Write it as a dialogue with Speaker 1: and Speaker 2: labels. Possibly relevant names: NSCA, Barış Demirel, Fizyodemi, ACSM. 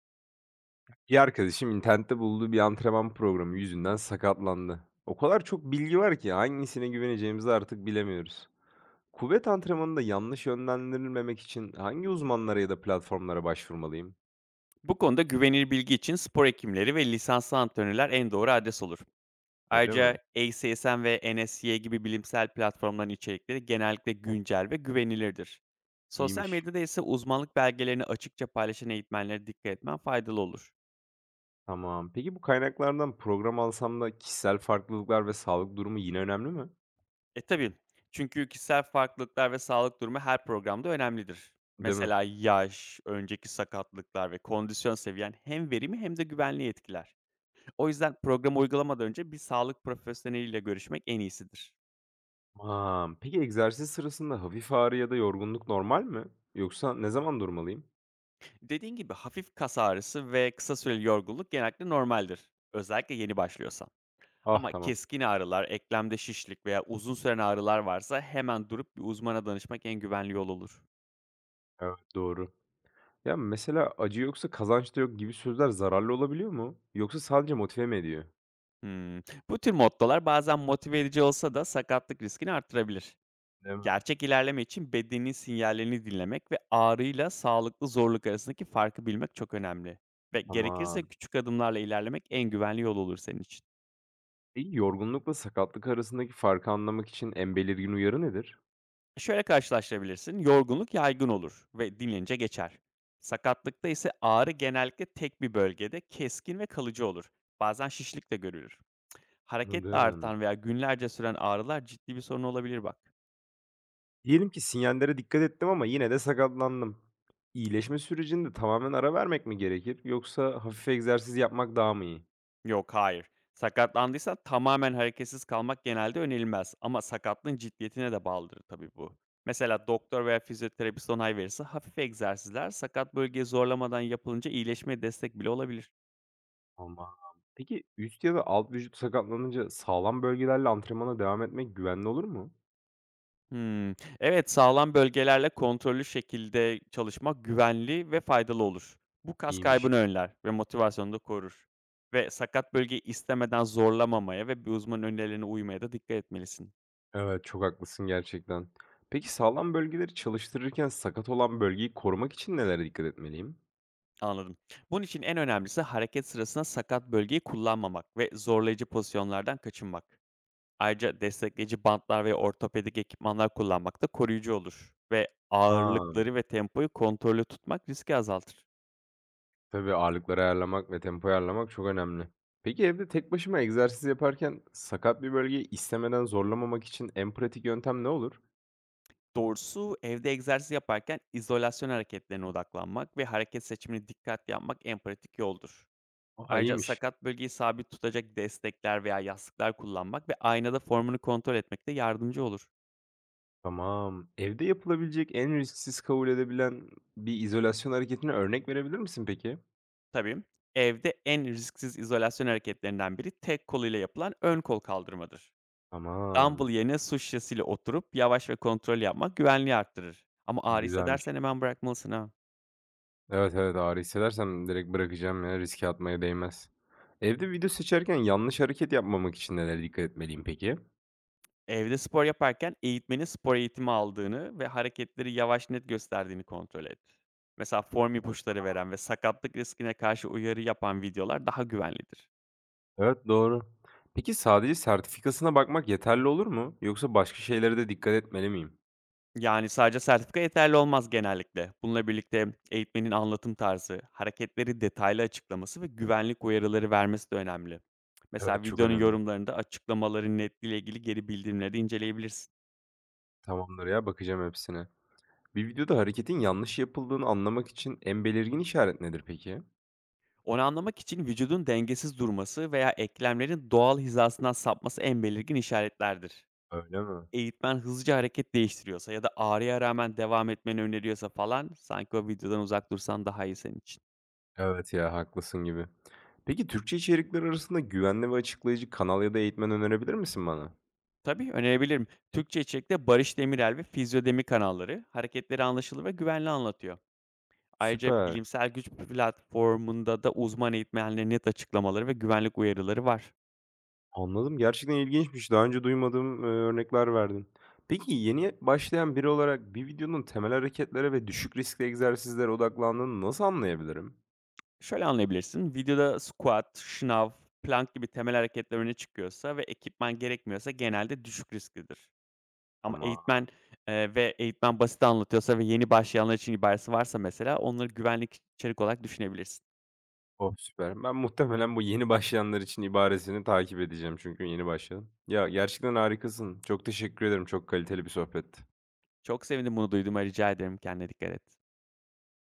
Speaker 1: Bir arkadaşım internette bulduğu bir antrenman programı yüzünden sakatlandı. O kadar çok bilgi var ki hangisine güveneceğimizi artık bilemiyoruz. Kuvvet antrenmanında yanlış yönlendirilmemek için hangi uzmanlara ya da platformlara başvurmalıyım?
Speaker 2: Bu konuda güvenilir bilgi için spor hekimleri ve lisanslı antrenörler en doğru adres olur.
Speaker 1: Öyle
Speaker 2: Ayrıca
Speaker 1: mi?
Speaker 2: ACSM ve NSCA gibi bilimsel platformların içerikleri genellikle güncel ve güvenilirdir. Sosyal
Speaker 1: İyiymiş.
Speaker 2: medyada ise uzmanlık belgelerini açıkça paylaşan eğitmenlere dikkat etmen faydalı olur.
Speaker 1: Tamam. Peki bu kaynaklardan program alsam da kişisel farklılıklar ve sağlık durumu yine önemli mi?
Speaker 2: E tabii çünkü kişisel farklılıklar ve sağlık durumu her programda önemlidir.
Speaker 1: Değil mi?
Speaker 2: Mesela yaş, önceki sakatlıklar ve kondisyon seviyen hem verimi hem de güvenliği etkiler. O yüzden programı uygulamadan önce bir sağlık profesyoneliyle görüşmek en iyisidir.
Speaker 1: Tamam. Peki egzersiz sırasında hafif ağrı ya da yorgunluk normal mi? Yoksa ne zaman durmalıyım?
Speaker 2: Dediğin gibi hafif kas ağrısı ve kısa süreli yorgunluk genellikle normaldir, özellikle yeni başlıyorsan.
Speaker 1: Ah,
Speaker 2: Ama
Speaker 1: tamam.
Speaker 2: keskin ağrılar, eklemde şişlik veya uzun süren ağrılar varsa hemen durup bir uzmana danışmak en güvenli yol olur.
Speaker 1: Evet, doğru. Ya, mesela "Acı yoksa kazanç da yok." gibi sözler zararlı olabiliyor mu? Yoksa sadece motive mi ediyor?
Speaker 2: Hmm. Bu tür mottolar bazen motive edici olsa da sakatlık riskini artırabilir.
Speaker 1: Değil mi?
Speaker 2: Gerçek ilerleme için bedenin sinyallerini dinlemek ve ağrıyla sağlıklı zorluk arasındaki farkı bilmek çok önemli. Ve gerekirse
Speaker 1: Tamam.
Speaker 2: küçük adımlarla ilerlemek en güvenli yol olur senin için.
Speaker 1: Peki yorgunlukla sakatlık arasındaki farkı anlamak için en belirgin uyarı nedir?
Speaker 2: Şöyle karşılaştırabilirsin. Yorgunluk yaygın olur ve dinlenince geçer. Sakatlıkta ise ağrı genellikle tek bir bölgede keskin ve kalıcı olur. Bazen şişlik de görülür. Hareketle
Speaker 1: Anladım.
Speaker 2: artan veya günlerce süren ağrılar ciddi bir sorun olabilir bak.
Speaker 1: Diyelim ki sinyallere dikkat ettim ama yine de sakatlandım. İyileşme sürecinde tamamen ara vermek mi gerekir yoksa hafif egzersiz yapmak daha mı iyi?
Speaker 2: Yok, hayır. Sakatlandıysan tamamen hareketsiz kalmak genelde önerilmez. Ama sakatlığın ciddiyetine de bağlıdır tabii bu. Mesela doktor veya fizyoterapist onay verirse hafif egzersizler sakat bölgeyi zorlamadan yapılınca iyileşmeye destek bile olabilir.
Speaker 1: Tamam. Peki üst ya da alt vücut sakatlanınca sağlam bölgelerle antrenmana devam etmek güvenli olur mu?
Speaker 2: Hımm. Evet, sağlam bölgelerle kontrollü şekilde çalışmak güvenli ve faydalı olur. Bu kas
Speaker 1: İyiymiş.
Speaker 2: kaybını önler ve motivasyonu da korur. Ve sakat bölgeyi istemeden zorlamamaya ve bir uzmanın önerilerine uymaya da dikkat etmelisin.
Speaker 1: Evet, çok haklısın gerçekten. Peki sağlam bölgeleri çalıştırırken sakat olan bölgeyi korumak için nelere dikkat etmeliyim?
Speaker 2: Anladım. Bunun için en önemlisi hareket sırasında sakat bölgeyi kullanmamak ve zorlayıcı pozisyonlardan kaçınmak. Ayrıca destekleyici bantlar ve ortopedik ekipmanlar kullanmak da koruyucu olur ve
Speaker 1: Ha,
Speaker 2: ağırlıkları ve tempoyu kontrollü tutmak riski azaltır.
Speaker 1: tabii ağırlıkları ayarlamak ve tempoyu ayarlamak çok önemli. Peki evde tek başıma egzersiz yaparken sakat bir bölgeyi istemeden zorlamamak için en pratik yöntem ne olur?
Speaker 2: Doğrusu evde egzersiz yaparken izolasyon hareketlerine odaklanmak ve hareket seçimini dikkatli yapmak en pratik yoldur.
Speaker 1: Aa,
Speaker 2: Ayrıca
Speaker 1: iyiymiş.
Speaker 2: sakat bölgeyi sabit tutacak destekler veya yastıklar kullanmak ve aynada formunu kontrol etmek de yardımcı olur.
Speaker 1: Tamam. Evde yapılabilecek en risksiz kabul edebilen bir izolasyon hareketine örnek verebilir misin peki?
Speaker 2: Tabii, evde en risksiz izolasyon hareketlerinden biri tek koluyla yapılan ön kol kaldırmadır. Dumbbell
Speaker 1: Tamam.
Speaker 2: yerine su şişesiyle oturup yavaş ve kontrol yapmak güvenliği arttırır. Ama ağrı
Speaker 1: Güzelmiş.
Speaker 2: hissedersen hemen bırakmalısın ha.
Speaker 1: Evet, evet, ağrı hissedersem direkt bırakacağım ya, riske atmaya değmez. Evde video seçerken yanlış hareket yapmamak için nelere dikkat etmeliyim peki?
Speaker 2: Evde spor yaparken eğitmenin spor eğitimi aldığını ve hareketleri yavaş net gösterdiğini kontrol et. Mesela form ipuçları veren ve sakatlık riskine karşı uyarı yapan videolar daha güvenlidir.
Speaker 1: Evet, doğru. Peki sadece sertifikasına bakmak yeterli olur mu? Yoksa başka şeylere de dikkat etmeli miyim?
Speaker 2: Yani sadece sertifika yeterli olmaz genellikle. Bununla birlikte eğitmenin anlatım tarzı, hareketleri detaylı açıklaması ve güvenlik uyarıları vermesi de önemli. Mesela
Speaker 1: Evet, çok
Speaker 2: videonun
Speaker 1: önemli.
Speaker 2: yorumlarında açıklamaların netliğiyle ilgili geri bildirimleri de inceleyebilirsin.
Speaker 1: Tamamdır ya, bakacağım hepsine. Bir videoda hareketin yanlış yapıldığını anlamak için en belirgin işaret nedir peki?
Speaker 2: Onu anlamak için vücudun dengesiz durması veya eklemlerin doğal hizasından sapması en belirgin işaretlerdir.
Speaker 1: Öyle mi?
Speaker 2: Eğitmen hızlıca hareket değiştiriyorsa ya da ağrıya rağmen devam etmeni öneriyorsa falan sanki o videodan uzak dursan daha iyi senin için.
Speaker 1: Evet ya, haklısın gibi. Peki Türkçe içerikler arasında güvenli ve açıklayıcı kanal ya da eğitmen önerebilir misin bana?
Speaker 2: Tabii, önerebilirim. Türkçe içerikte Barış Demirel ve Fizyodemi kanalları hareketleri anlaşılır ve güvenli anlatıyor. Ayrıca
Speaker 1: Süper.
Speaker 2: bilimsel güç platformunda da uzman eğitmenlerin net açıklamaları ve güvenlik uyarıları var.
Speaker 1: Anladım. Gerçekten ilginçmiş. Daha önce duymadığım, örnekler verdin. Peki yeni başlayan biri olarak bir videonun temel hareketlere ve düşük riskli egzersizlere odaklandığını nasıl anlayabilirim?
Speaker 2: Şöyle anlayabilirsin, videoda squat, şınav, plank gibi temel hareketler öne çıkıyorsa ve ekipman gerekmiyorsa genelde düşük risklidir. Ama
Speaker 1: Ama
Speaker 2: eğitmen basit anlatıyorsa ve yeni başlayanlar için ibaresi varsa mesela onları güvenlik içerik olarak düşünebilirsin.
Speaker 1: oh, süper. Ben muhtemelen bu yeni başlayanlar için ibaresini takip edeceğim çünkü yeni başladım. Ya gerçekten harikasın. Çok teşekkür ederim. Çok kaliteli bir sohbetti.
Speaker 2: Çok sevindim bunu duyduğuma, rica ederim. Kendine dikkat et.